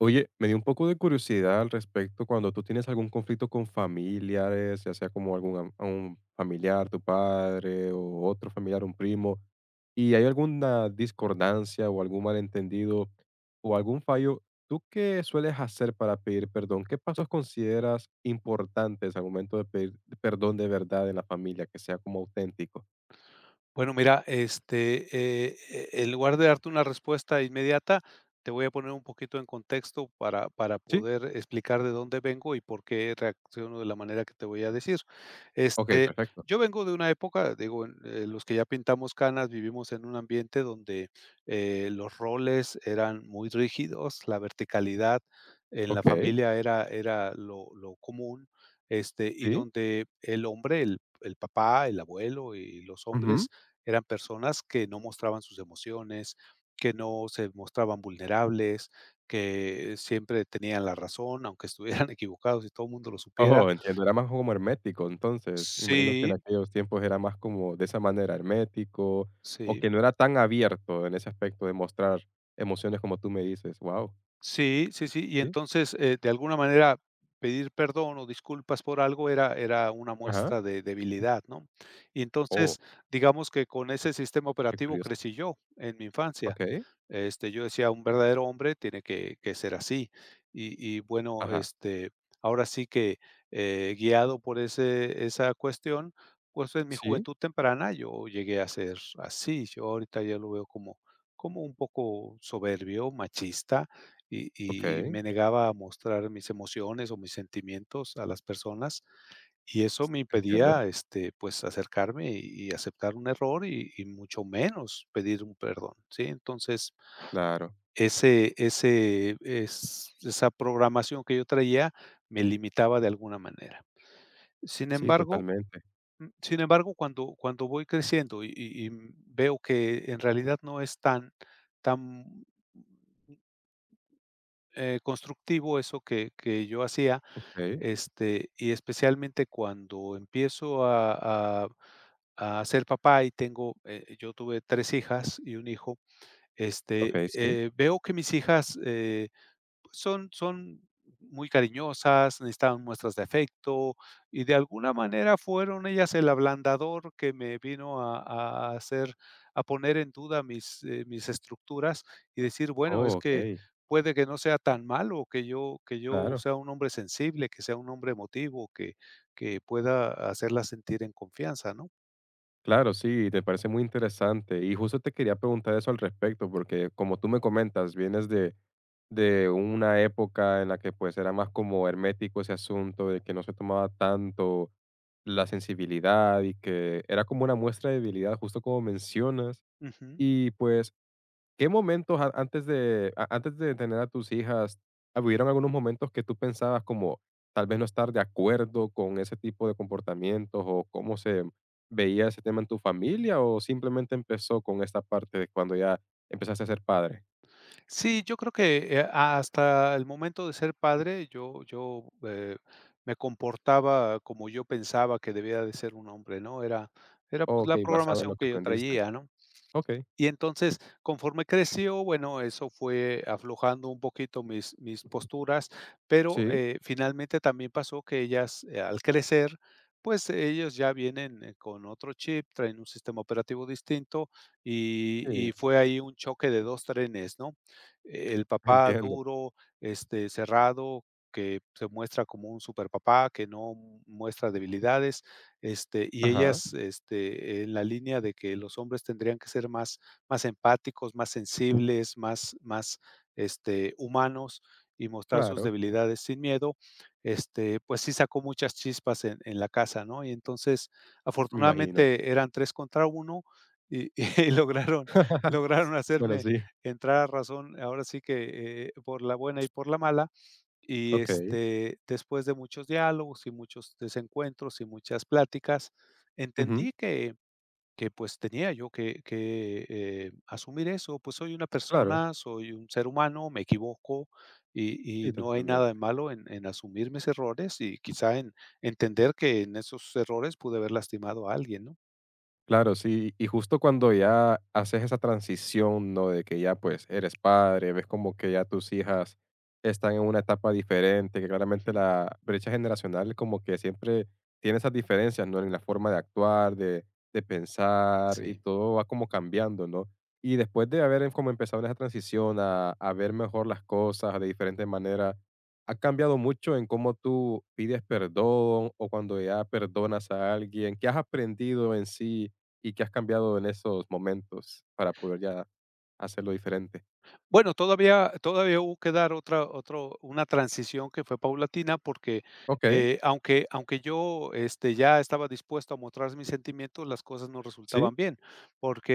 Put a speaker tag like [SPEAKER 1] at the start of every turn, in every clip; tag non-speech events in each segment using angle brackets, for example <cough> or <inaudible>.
[SPEAKER 1] Oye, me dio un poco de curiosidad al respecto. Cuando tú tienes algún conflicto con familiares, ya sea como un familiar, tu padre o otro familiar, un primo, y hay alguna discordancia o algún malentendido o algún fallo, ¿tú qué sueles hacer para pedir perdón? ¿Qué pasos consideras importantes al momento de pedir perdón de verdad en la familia, que sea como auténtico?
[SPEAKER 2] Bueno, mira, en lugar de darte una respuesta inmediata, te voy a poner un poquito en contexto para
[SPEAKER 1] Sí,
[SPEAKER 2] poder explicar de dónde vengo y por qué reacciono de la manera que te voy a decir.
[SPEAKER 1] ok,
[SPEAKER 2] Este,
[SPEAKER 1] perfecto.
[SPEAKER 2] yo vengo de una época, digo, los que ya pintamos canas vivimos en un ambiente donde, los roles eran muy rígidos, la verticalidad en la
[SPEAKER 1] Ok,
[SPEAKER 2] familia era lo común, y
[SPEAKER 1] sí.
[SPEAKER 2] donde el hombre, el papá, el abuelo y los hombres, eran personas que no mostraban sus emociones, que no se mostraban vulnerables, que siempre tenían la razón, aunque estuvieran <laughs> equivocados y todo el mundo lo supiera.
[SPEAKER 1] Oh, entiendo, era más como hermético. Entonces, me imagino que en
[SPEAKER 2] Sí,
[SPEAKER 1] aquellos tiempos era más como de esa manera, hermético, o
[SPEAKER 2] sí.
[SPEAKER 1] que no era tan abierto en ese aspecto de mostrar emociones como tú me dices, wow.
[SPEAKER 2] Sí, sí, sí. Y
[SPEAKER 1] Sí,
[SPEAKER 2] entonces, de alguna manera, pedir perdón o disculpas por algo era una
[SPEAKER 1] ajá,
[SPEAKER 2] muestra de debilidad, ¿no? Y
[SPEAKER 1] oh,
[SPEAKER 2] entonces, digamos que con ese sistema
[SPEAKER 1] qué
[SPEAKER 2] operativo
[SPEAKER 1] curioso,
[SPEAKER 2] crecí yo en mi infancia.
[SPEAKER 1] okey,
[SPEAKER 2] Yo decía, un verdadero hombre tiene que ser así. Y bueno,
[SPEAKER 1] ajá,
[SPEAKER 2] ahora sí que, guiado por ese esa cuestión, pues, en mi
[SPEAKER 1] sí,
[SPEAKER 2] juventud temprana yo llegué a ser así. Yo ahorita ya lo veo como un poco soberbio, machista, y y
[SPEAKER 1] okey,
[SPEAKER 2] me negaba a mostrar mis emociones o mis sentimientos a las personas, y eso me
[SPEAKER 1] entiendo,
[SPEAKER 2] impedía, pues, acercarme y aceptar un error y mucho menos pedir un perdón, ¿sí? Entonces,
[SPEAKER 1] claro,
[SPEAKER 2] ese ese es esa programación que yo traía me limitaba de alguna manera. Sin
[SPEAKER 1] sí,
[SPEAKER 2] embargo
[SPEAKER 1] totalmente,
[SPEAKER 2] sin embargo, cuando voy creciendo y veo que en realidad no es tan constructivo eso que yo hacía.
[SPEAKER 1] okey,
[SPEAKER 2] Y especialmente cuando empiezo a ser papá y tengo, yo tuve 3 hijas y un hijo,
[SPEAKER 1] okey, sí,
[SPEAKER 2] veo que mis hijas, son muy cariñosas, necesitaban muestras de afecto y de alguna manera fueron ellas el ablandador que me vino a hacer a poner en duda mis estructuras y decir, bueno, es
[SPEAKER 1] oh,
[SPEAKER 2] que
[SPEAKER 1] okey,
[SPEAKER 2] puede que no sea tan malo que yo
[SPEAKER 1] claro.
[SPEAKER 2] sea un hombre sensible, que sea un hombre emotivo, que pueda hacerla sentir en confianza, ¿no?
[SPEAKER 1] Claro, sí, te parece muy interesante. Y justo te quería preguntar eso al respecto, porque como tú me comentas, vienes de una época en la que pues era más como hermético ese asunto, de que no se tomaba tanto la sensibilidad y que era como una muestra de debilidad, justo como mencionas.
[SPEAKER 2] Ujú.
[SPEAKER 1] Y pues, ¿qué momentos antes de, antes de tener a tus hijas, hubieron algunos momentos que tú pensabas como tal vez no estar de acuerdo con ese tipo de comportamientos, o cómo se veía ese tema en tu familia, o simplemente empezó con esta parte de cuando ya empezaste a ser padre?
[SPEAKER 2] Sí, yo creo que, hasta el momento de ser padre, yo me comportaba como yo pensaba que debía de ser un hombre, ¿no? Era, pues,
[SPEAKER 1] Ok,
[SPEAKER 2] la
[SPEAKER 1] basado en lo
[SPEAKER 2] programación
[SPEAKER 1] que
[SPEAKER 2] que yo
[SPEAKER 1] aprendiste.
[SPEAKER 2] traía, ¿no?
[SPEAKER 1] Ok,
[SPEAKER 2] Y entonces, conforme creció, bueno, eso fue aflojando un poquito mis posturas, pero,
[SPEAKER 1] sí,
[SPEAKER 2] finalmente también pasó que ellas, al crecer, pues, ellos ya vienen, con otro chip, traen un sistema operativo distinto, y
[SPEAKER 1] sí,
[SPEAKER 2] y fue ahí un choque de 2 trenes, ¿no? El papá
[SPEAKER 1] entiendo.
[SPEAKER 2] duro, cerrado, que se muestra como un super papá que no muestra debilidades, y
[SPEAKER 1] Ajá,
[SPEAKER 2] ellas, en la línea de que los hombres tendrían que ser más más empáticos, más sensibles, más humanos y mostrar sus
[SPEAKER 1] claro,
[SPEAKER 2] debilidades sin miedo, pues sí sacó muchas chispas en la casa, ¿no? Y entonces,
[SPEAKER 1] me imagino.
[SPEAKER 2] afortunadamente eran 3 contra uno y <laughs> y lograron
[SPEAKER 1] <laughs>
[SPEAKER 2] lograron
[SPEAKER 1] Bueno,
[SPEAKER 2] hacerme
[SPEAKER 1] sí,
[SPEAKER 2] entrar a razón, ahora sí que, por la buena y por la mala. Y,
[SPEAKER 1] ok,
[SPEAKER 2] después de muchos diálogos y muchos desencuentros y muchas pláticas,
[SPEAKER 1] ujú,
[SPEAKER 2] entendí que pues tenía yo que asumir eso, pues soy una
[SPEAKER 1] claro,
[SPEAKER 2] persona, soy un ser humano, me equivoco y
[SPEAKER 1] sí,
[SPEAKER 2] y no hay nada de
[SPEAKER 1] totalmente.
[SPEAKER 2] malo en asumir mis errores y quizá en entender que en esos errores pude haber lastimado a alguien, ¿no?
[SPEAKER 1] Claro, sí, y justo cuando ya haces esa transición, ¿no? De que ya pues eres padre, ves como que ya tus hijas están en una etapa diferente, que claramente
[SPEAKER 2] Ujú.
[SPEAKER 1] la brecha generacional como que siempre tiene esas diferencias, ¿no? En la forma de actuar, de pensar, y
[SPEAKER 2] Sí.
[SPEAKER 1] todo va como cambiando, ¿no? Y después de haber como empezado en esa transición a ver mejor las cosas de diferente manera, ¿ha cambiado mucho en cómo tú pides perdón o cuando ya perdonas a alguien? ¿Qué has aprendido en sí y qué has cambiado en esos momentos para poder ya hacerlo diferente?
[SPEAKER 2] Bueno, todavía hubo que dar otra otro una transición que fue paulatina, porque,
[SPEAKER 1] Okey,
[SPEAKER 2] aunque yo, ya estaba dispuesto a mostrar mis sentimientos, las cosas no
[SPEAKER 1] sí,
[SPEAKER 2] resultaban bien,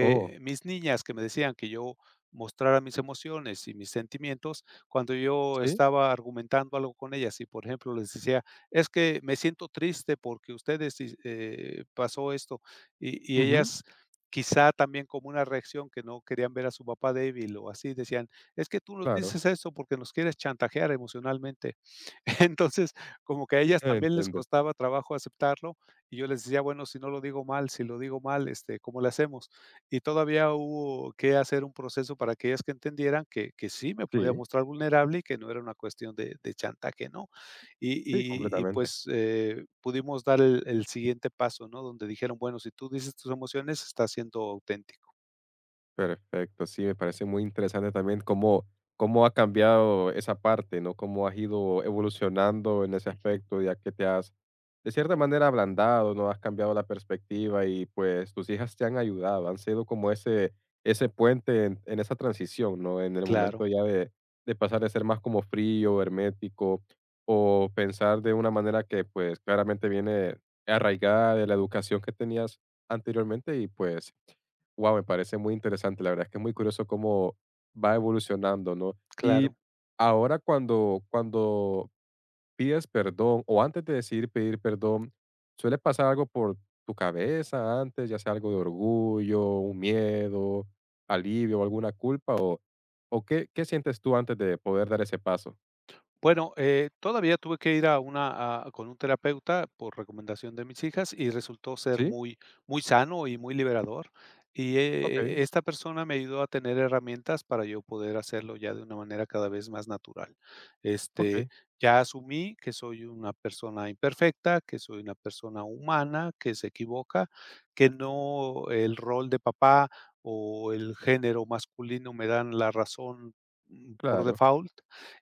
[SPEAKER 1] oh,
[SPEAKER 2] mis niñas que me decían que yo mostrara mis emociones y mis sentimientos, cuando yo
[SPEAKER 1] sí,
[SPEAKER 2] estaba argumentando algo con ellas y, por ejemplo, les decía: "Es que me siento triste porque ustedes hic pasó esto", y
[SPEAKER 1] ujú,
[SPEAKER 2] ellas, quizá también como una reacción que no querían ver a su papá débil o así, decían: es que tú nos
[SPEAKER 1] claro,
[SPEAKER 2] dices eso porque nos quieres chantajear emocionalmente. <laughs> Entonces, como que a ellas también les
[SPEAKER 1] entiendo.
[SPEAKER 2] costaba trabajo aceptarlo, y yo les decía: "Bueno, si no lo digo mal, si lo digo mal, este, ¿cómo le hacemos?". Y todavía hubo que hacer un proceso para que ellas que entendieran que sí me podía
[SPEAKER 1] Sí,
[SPEAKER 2] mostrar vulnerable y que no era una cuestión de chantaje, ¿no? Y
[SPEAKER 1] sí,
[SPEAKER 2] y y
[SPEAKER 1] completamente.
[SPEAKER 2] pues, pudimos dar el siguiente paso, ¿no? Donde dijeron: "Bueno, si tú dices tus emociones, estás siendo auténtico".
[SPEAKER 1] Perfecto, sí, me parece muy interesante también cómo cómo ha cambiado esa parte, ¿no? Cómo has ido evolucionando en ese
[SPEAKER 2] Ujú.
[SPEAKER 1] aspecto, ya que te has, de cierta manera, ablandado, ¿no? Has cambiado la perspectiva y pues tus hijas te han ayudado, han sido como ese ese puente en esa transición, ¿no? En el momento
[SPEAKER 2] Claro,
[SPEAKER 1] ya de pasar de ser más como frío, hermético, o pensar de una manera que pues claramente viene arraigada de la educación que tenías anteriormente. Y pues, wow, me parece muy interesante. La verdad es que es muy curioso cómo va evolucionando, ¿no? Y
[SPEAKER 2] claro.
[SPEAKER 1] ahora cuando cuando pides perdón o antes de decidir pedir perdón, ¿suele pasar algo por tu cabeza antes, ya sea algo de orgullo, un miedo, alivio o alguna culpa? ¿O o qué, qué sientes tú antes de poder dar ese paso?
[SPEAKER 2] Bueno, todavía tuve que ir a una a con un terapeuta por recomendación de mis hijas y resultó ser
[SPEAKER 1] ¿Sí?
[SPEAKER 2] muy sano y muy liberador. Y,
[SPEAKER 1] Ok,
[SPEAKER 2] esta persona me ayudó a tener herramientas para yo poder hacerlo ya de una manera cada vez más natural. Este,
[SPEAKER 1] ok,
[SPEAKER 2] ya asumí que soy una persona imperfecta, que soy una persona humana, que se equivoca, que no el rol de papá o el género masculino me dan la razón, por
[SPEAKER 1] claro.
[SPEAKER 2] default.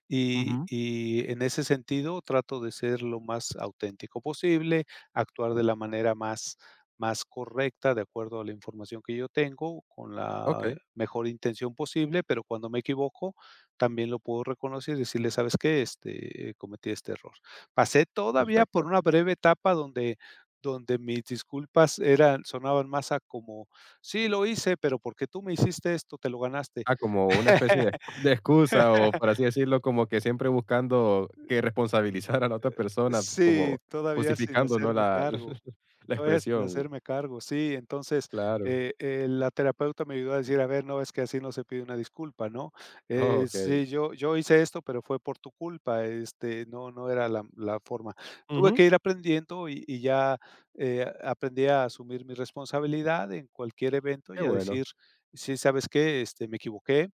[SPEAKER 2] Y
[SPEAKER 1] Ujú.
[SPEAKER 2] y en ese sentido, trato de ser lo más auténtico posible, actuar de la manera más más correcta, de acuerdo a la información que yo tengo, con la
[SPEAKER 1] Ok,
[SPEAKER 2] eh, mejor intención posible, pero cuando me equivoco, también lo puedo reconocer y decirle: "¿Sabes qué? Este, cometí este error". Pasé todavía
[SPEAKER 1] perfecto.
[SPEAKER 2] por una breve etapa donde mis disculpas eran sonaban más a como: "Sí, lo hice, pero porque tú me hiciste esto, te lo ganaste".
[SPEAKER 1] Ah, como una especie de excusa, o
[SPEAKER 2] <laughs>
[SPEAKER 1] por así decirlo, como que siempre buscando que responsabilizar a la otra persona,
[SPEAKER 2] Sí,
[SPEAKER 1] como
[SPEAKER 2] todavía sin
[SPEAKER 1] justificando, ¿no?
[SPEAKER 2] hacerme
[SPEAKER 1] La
[SPEAKER 2] cargo,
[SPEAKER 1] <laughs> La
[SPEAKER 2] todavía sin
[SPEAKER 1] expresión,
[SPEAKER 2] hacerme cargo, sí. Entonces,
[SPEAKER 1] claro.
[SPEAKER 2] la terapeuta me ayudó a decir: "A ver, no, es que así no se pide una disculpa, ¿no?
[SPEAKER 1] Oh, okey.
[SPEAKER 2] Sí, yo yo hice esto, pero fue por tu culpa, este, no no era la la forma". Tuve
[SPEAKER 1] Ujú,
[SPEAKER 2] que ir aprendiendo y ya, aprendí a asumir mi responsabilidad en cualquier evento
[SPEAKER 1] qué
[SPEAKER 2] y a
[SPEAKER 1] bueno.
[SPEAKER 2] decir: "Sí, ¿sabes qué? Este, me equivoqué".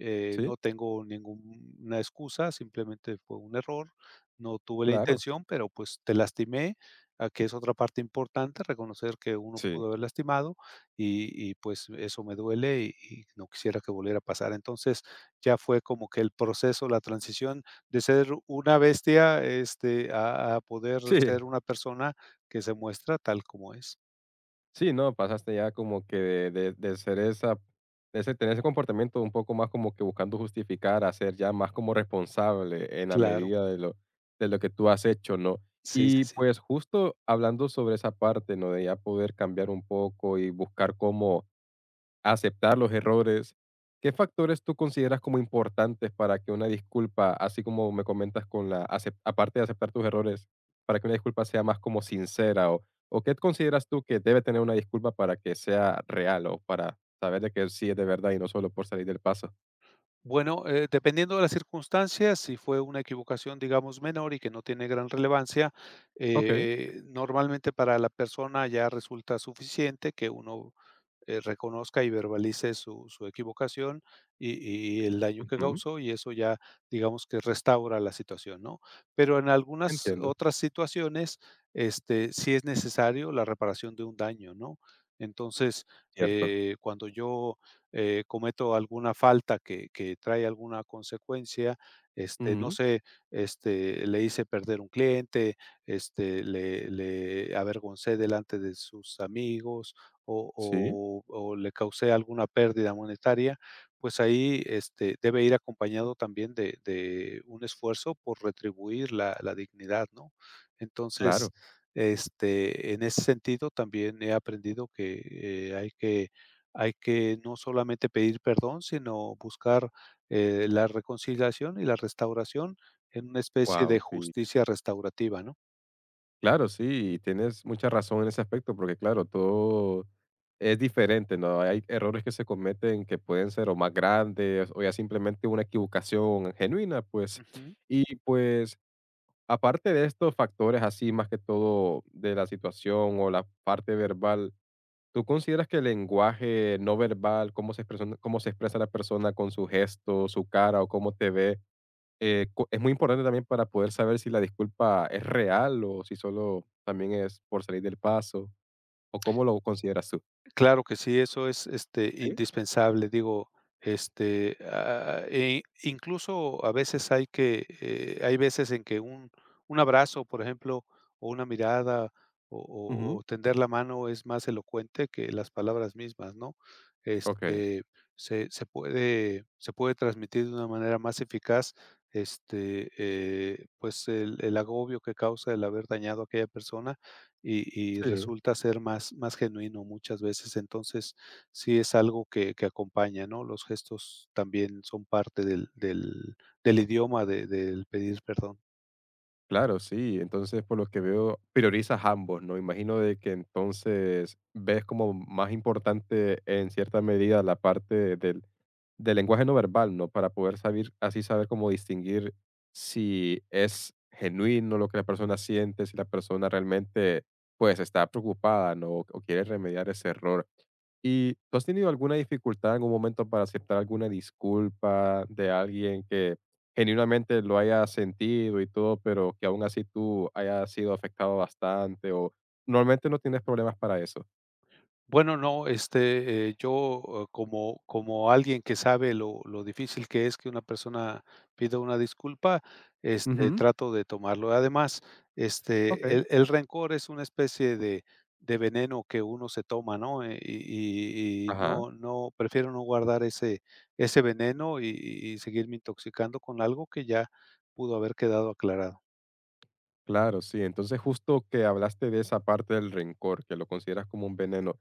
[SPEAKER 1] Sí,
[SPEAKER 2] No tengo ninguna excusa, simplemente fue un error, no tuve la
[SPEAKER 1] claro.
[SPEAKER 2] intención, pero pues te lastimé, ah, que es otra parte importante, reconocer que uno
[SPEAKER 1] Sí,
[SPEAKER 2] pudo haber lastimado y pues eso me duele y no quisiera que volviera a pasar. Entonces, ya fue como que el proceso, la transición de ser una bestia, a poder
[SPEAKER 1] sí.
[SPEAKER 2] ser una persona que se muestra tal como es.
[SPEAKER 1] Sí, no, pasaste ya como que de, de- ser esa, de ese, tener ese comportamiento un poco más como que buscando justificar, a ser ya más como responsable en la
[SPEAKER 2] Claro,
[SPEAKER 1] medida de lo que tú has hecho, ¿no?
[SPEAKER 2] sí,
[SPEAKER 1] Y
[SPEAKER 2] sí, sí.
[SPEAKER 1] pues justo hablando sobre esa parte, ¿no? De ya poder cambiar un poco y buscar cómo aceptar los errores. ¿Qué factores tú consideras como importantes para que una disculpa, así como me comentas, con la acep aparte de aceptar tus errores, para que una disculpa sea más como sincera? ¿O ¿o qué consideras tú que debe tener una disculpa para que sea real, o para saber de que sí es de verdad y no solo por salir del paso?
[SPEAKER 2] Bueno, dependiendo de las circunstancias, si fue una equivocación, digamos, menor y que no tiene gran relevancia,
[SPEAKER 1] Okey.
[SPEAKER 2] normalmente para la persona ya resulta suficiente que uno reconozca y verbalice su equivocación y el daño que
[SPEAKER 1] Ujú.
[SPEAKER 2] causó y eso ya, digamos, que restaura la situación, ¿no? Pero en algunas
[SPEAKER 1] Entiendo.
[SPEAKER 2] otras situaciones, sí es necesario la reparación de un daño, ¿no? Entonces,
[SPEAKER 1] Cierto.
[SPEAKER 2] cuando yo cometo alguna falta que trae alguna consecuencia, no
[SPEAKER 1] Ujú.
[SPEAKER 2] sé, le hice perder un cliente, le avergoncé delante de sus amigos o
[SPEAKER 1] Sí,
[SPEAKER 2] o o le causé alguna pérdida monetaria, pues ahí, debe ir acompañado también de un esfuerzo por retribuir la dignidad, ¿no?
[SPEAKER 1] claro.
[SPEAKER 2] Entonces, en ese sentido también he aprendido que, hay que no solamente pedir perdón, sino buscar, la reconciliación y la restauración en una especie
[SPEAKER 1] Wow,
[SPEAKER 2] de
[SPEAKER 1] sí.
[SPEAKER 2] justicia restaurativa, ¿no?
[SPEAKER 1] Claro, sí, y tienes mucha razón en ese aspecto, porque claro, todo es diferente, ¿no? Hay errores que se cometen que pueden ser o más grandes, o ya simplemente una equivocación genuina, pues.
[SPEAKER 2] Ujú.
[SPEAKER 1] Y pues, aparte de estos factores así, más que todo de la situación o la parte verbal, ¿tú consideras que el lenguaje no verbal, cómo se expresa cómo se expresa la persona con su gesto, su cara o cómo te ve, cu es muy importante también para poder saber si la disculpa es real o si solo también es por salir del paso, o cómo lo consideras tú?
[SPEAKER 2] Claro que sí, eso es,
[SPEAKER 1] ¿Sí?
[SPEAKER 2] indispensable, digo, incluso a veces hay que, hay veces en que un abrazo, por ejemplo, o una mirada, o o
[SPEAKER 1] Ujú.
[SPEAKER 2] o tender la mano es más elocuente que las palabras mismas, ¿no?
[SPEAKER 1] Okey.
[SPEAKER 2] Este, se puede transmitir de una manera más eficaz, pues, el agobio que causa el haber dañado a aquella persona y
[SPEAKER 1] Sí,
[SPEAKER 2] resulta ser más más genuino muchas veces. Entonces, sí es algo que acompaña, ¿no? Los gestos también son parte del idioma de del pedir perdón.
[SPEAKER 1] claro, sí. Entonces, por lo que veo, priorizas ambos, ¿no? Imagino de que entonces ves como más importante en cierta medida la parte del Del lenguaje no verbal, ¿no? Para poder saber, así, saber cómo distinguir si es genuino lo que la persona siente, si la persona realmente, pues, está preocupada, ¿no? O quiere remediar ese error. ¿Y tú has tenido alguna dificultad en algún momento para aceptar alguna disculpa de alguien que genuinamente lo haya sentido y todo, pero que aún así tú hayas sido afectado bastante, o normalmente no tienes problemas para eso?
[SPEAKER 2] Bueno, no, yo, como como alguien que sabe lo difícil que es que una persona pida una disculpa,
[SPEAKER 1] Ujú.
[SPEAKER 2] trato de tomarlo. Además,
[SPEAKER 1] Ok.
[SPEAKER 2] el rencor es una especie de veneno que uno se toma, ¿no?
[SPEAKER 1] Ajá.
[SPEAKER 2] Prefiero no guardar ese veneno y seguirme intoxicando con algo que ya pudo haber quedado aclarado.
[SPEAKER 1] Claro, sí. Entonces, justo que hablaste de esa parte del rencor, que lo consideras como un veneno,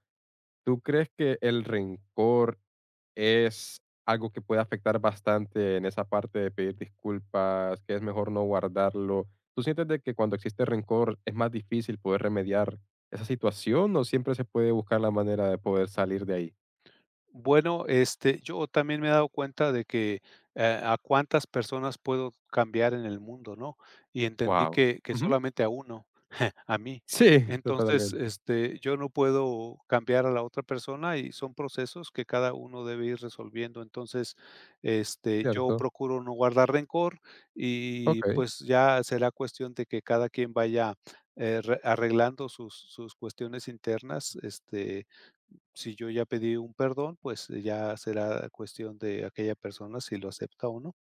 [SPEAKER 1] ¿tú crees que el rencor es algo que puede afectar bastante en esa parte de pedir disculpas, que es mejor no guardarlo? ¿Tú sientes de que cuando existe rencor es más difícil poder remediar esa situación, o siempre se puede buscar la manera de poder salir de ahí?
[SPEAKER 2] Bueno, yo también me he dado cuenta de que, a cuántas personas puedo cambiar en el mundo, ¿no? Y entendí
[SPEAKER 1] Wow.
[SPEAKER 2] que solamente a uno, <laughs> a mí.
[SPEAKER 1] Sí,
[SPEAKER 2] Entonces,
[SPEAKER 1] totalmente.
[SPEAKER 2] yo no puedo cambiar a la otra persona y son procesos que cada uno debe ir resolviendo. Entonces, yo
[SPEAKER 1] Cierto.
[SPEAKER 2] procuro no guardar rencor y,
[SPEAKER 1] Ok.
[SPEAKER 2] pues, ya será cuestión de que cada quien vaya, re arreglando sus sus cuestiones internas, si yo ya pedí un perdón, pues ya será cuestión de aquella persona si lo acepta o no.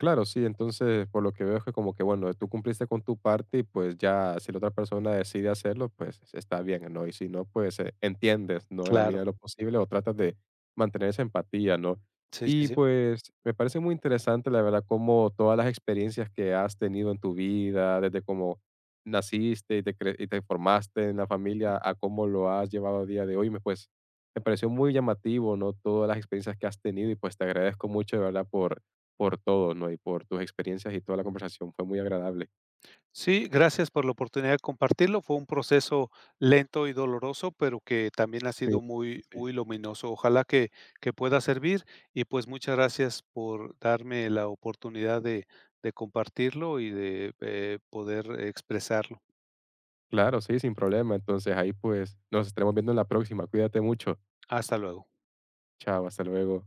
[SPEAKER 1] Claro, sí, entonces por lo que veo es que como que, bueno, tú cumpliste con tu parte y pues ya si la otra persona decide hacerlo, pues está bien, ¿no? Y si no, pues entiendes, ¿no? En la medida
[SPEAKER 2] Claro,
[SPEAKER 1] de lo posible, o tratas de mantener esa empatía, ¿no?
[SPEAKER 2] sí, sí,
[SPEAKER 1] Y
[SPEAKER 2] sí.
[SPEAKER 1] pues me parece muy interesante, la verdad, como todas las experiencias que has tenido en tu vida, desde cómo naciste y te y te formaste en la
[SPEAKER 2] Ujú.
[SPEAKER 1] familia a cómo lo has llevado a día de hoy. Me, pues me pareció muy llamativo, ¿no? Todas las experiencias que has tenido, y pues te agradezco mucho, de verdad, por todo, ¿no? Y por tus experiencias y toda la conversación, fue muy agradable.
[SPEAKER 2] Sí, gracias por la oportunidad de compartirlo. Fue un proceso lento y doloroso, pero que también ha
[SPEAKER 1] Sí,
[SPEAKER 2] sido muy,
[SPEAKER 1] sí.
[SPEAKER 2] muy luminoso. Ojalá que pueda servir y pues muchas gracias por darme la oportunidad de compartirlo y de poder expresarlo.
[SPEAKER 1] Claro, sí, sin problema. Entonces ahí, pues, nos estaremos viendo en la próxima. Cuídate mucho.
[SPEAKER 2] Hasta luego.
[SPEAKER 1] Chao, hasta luego.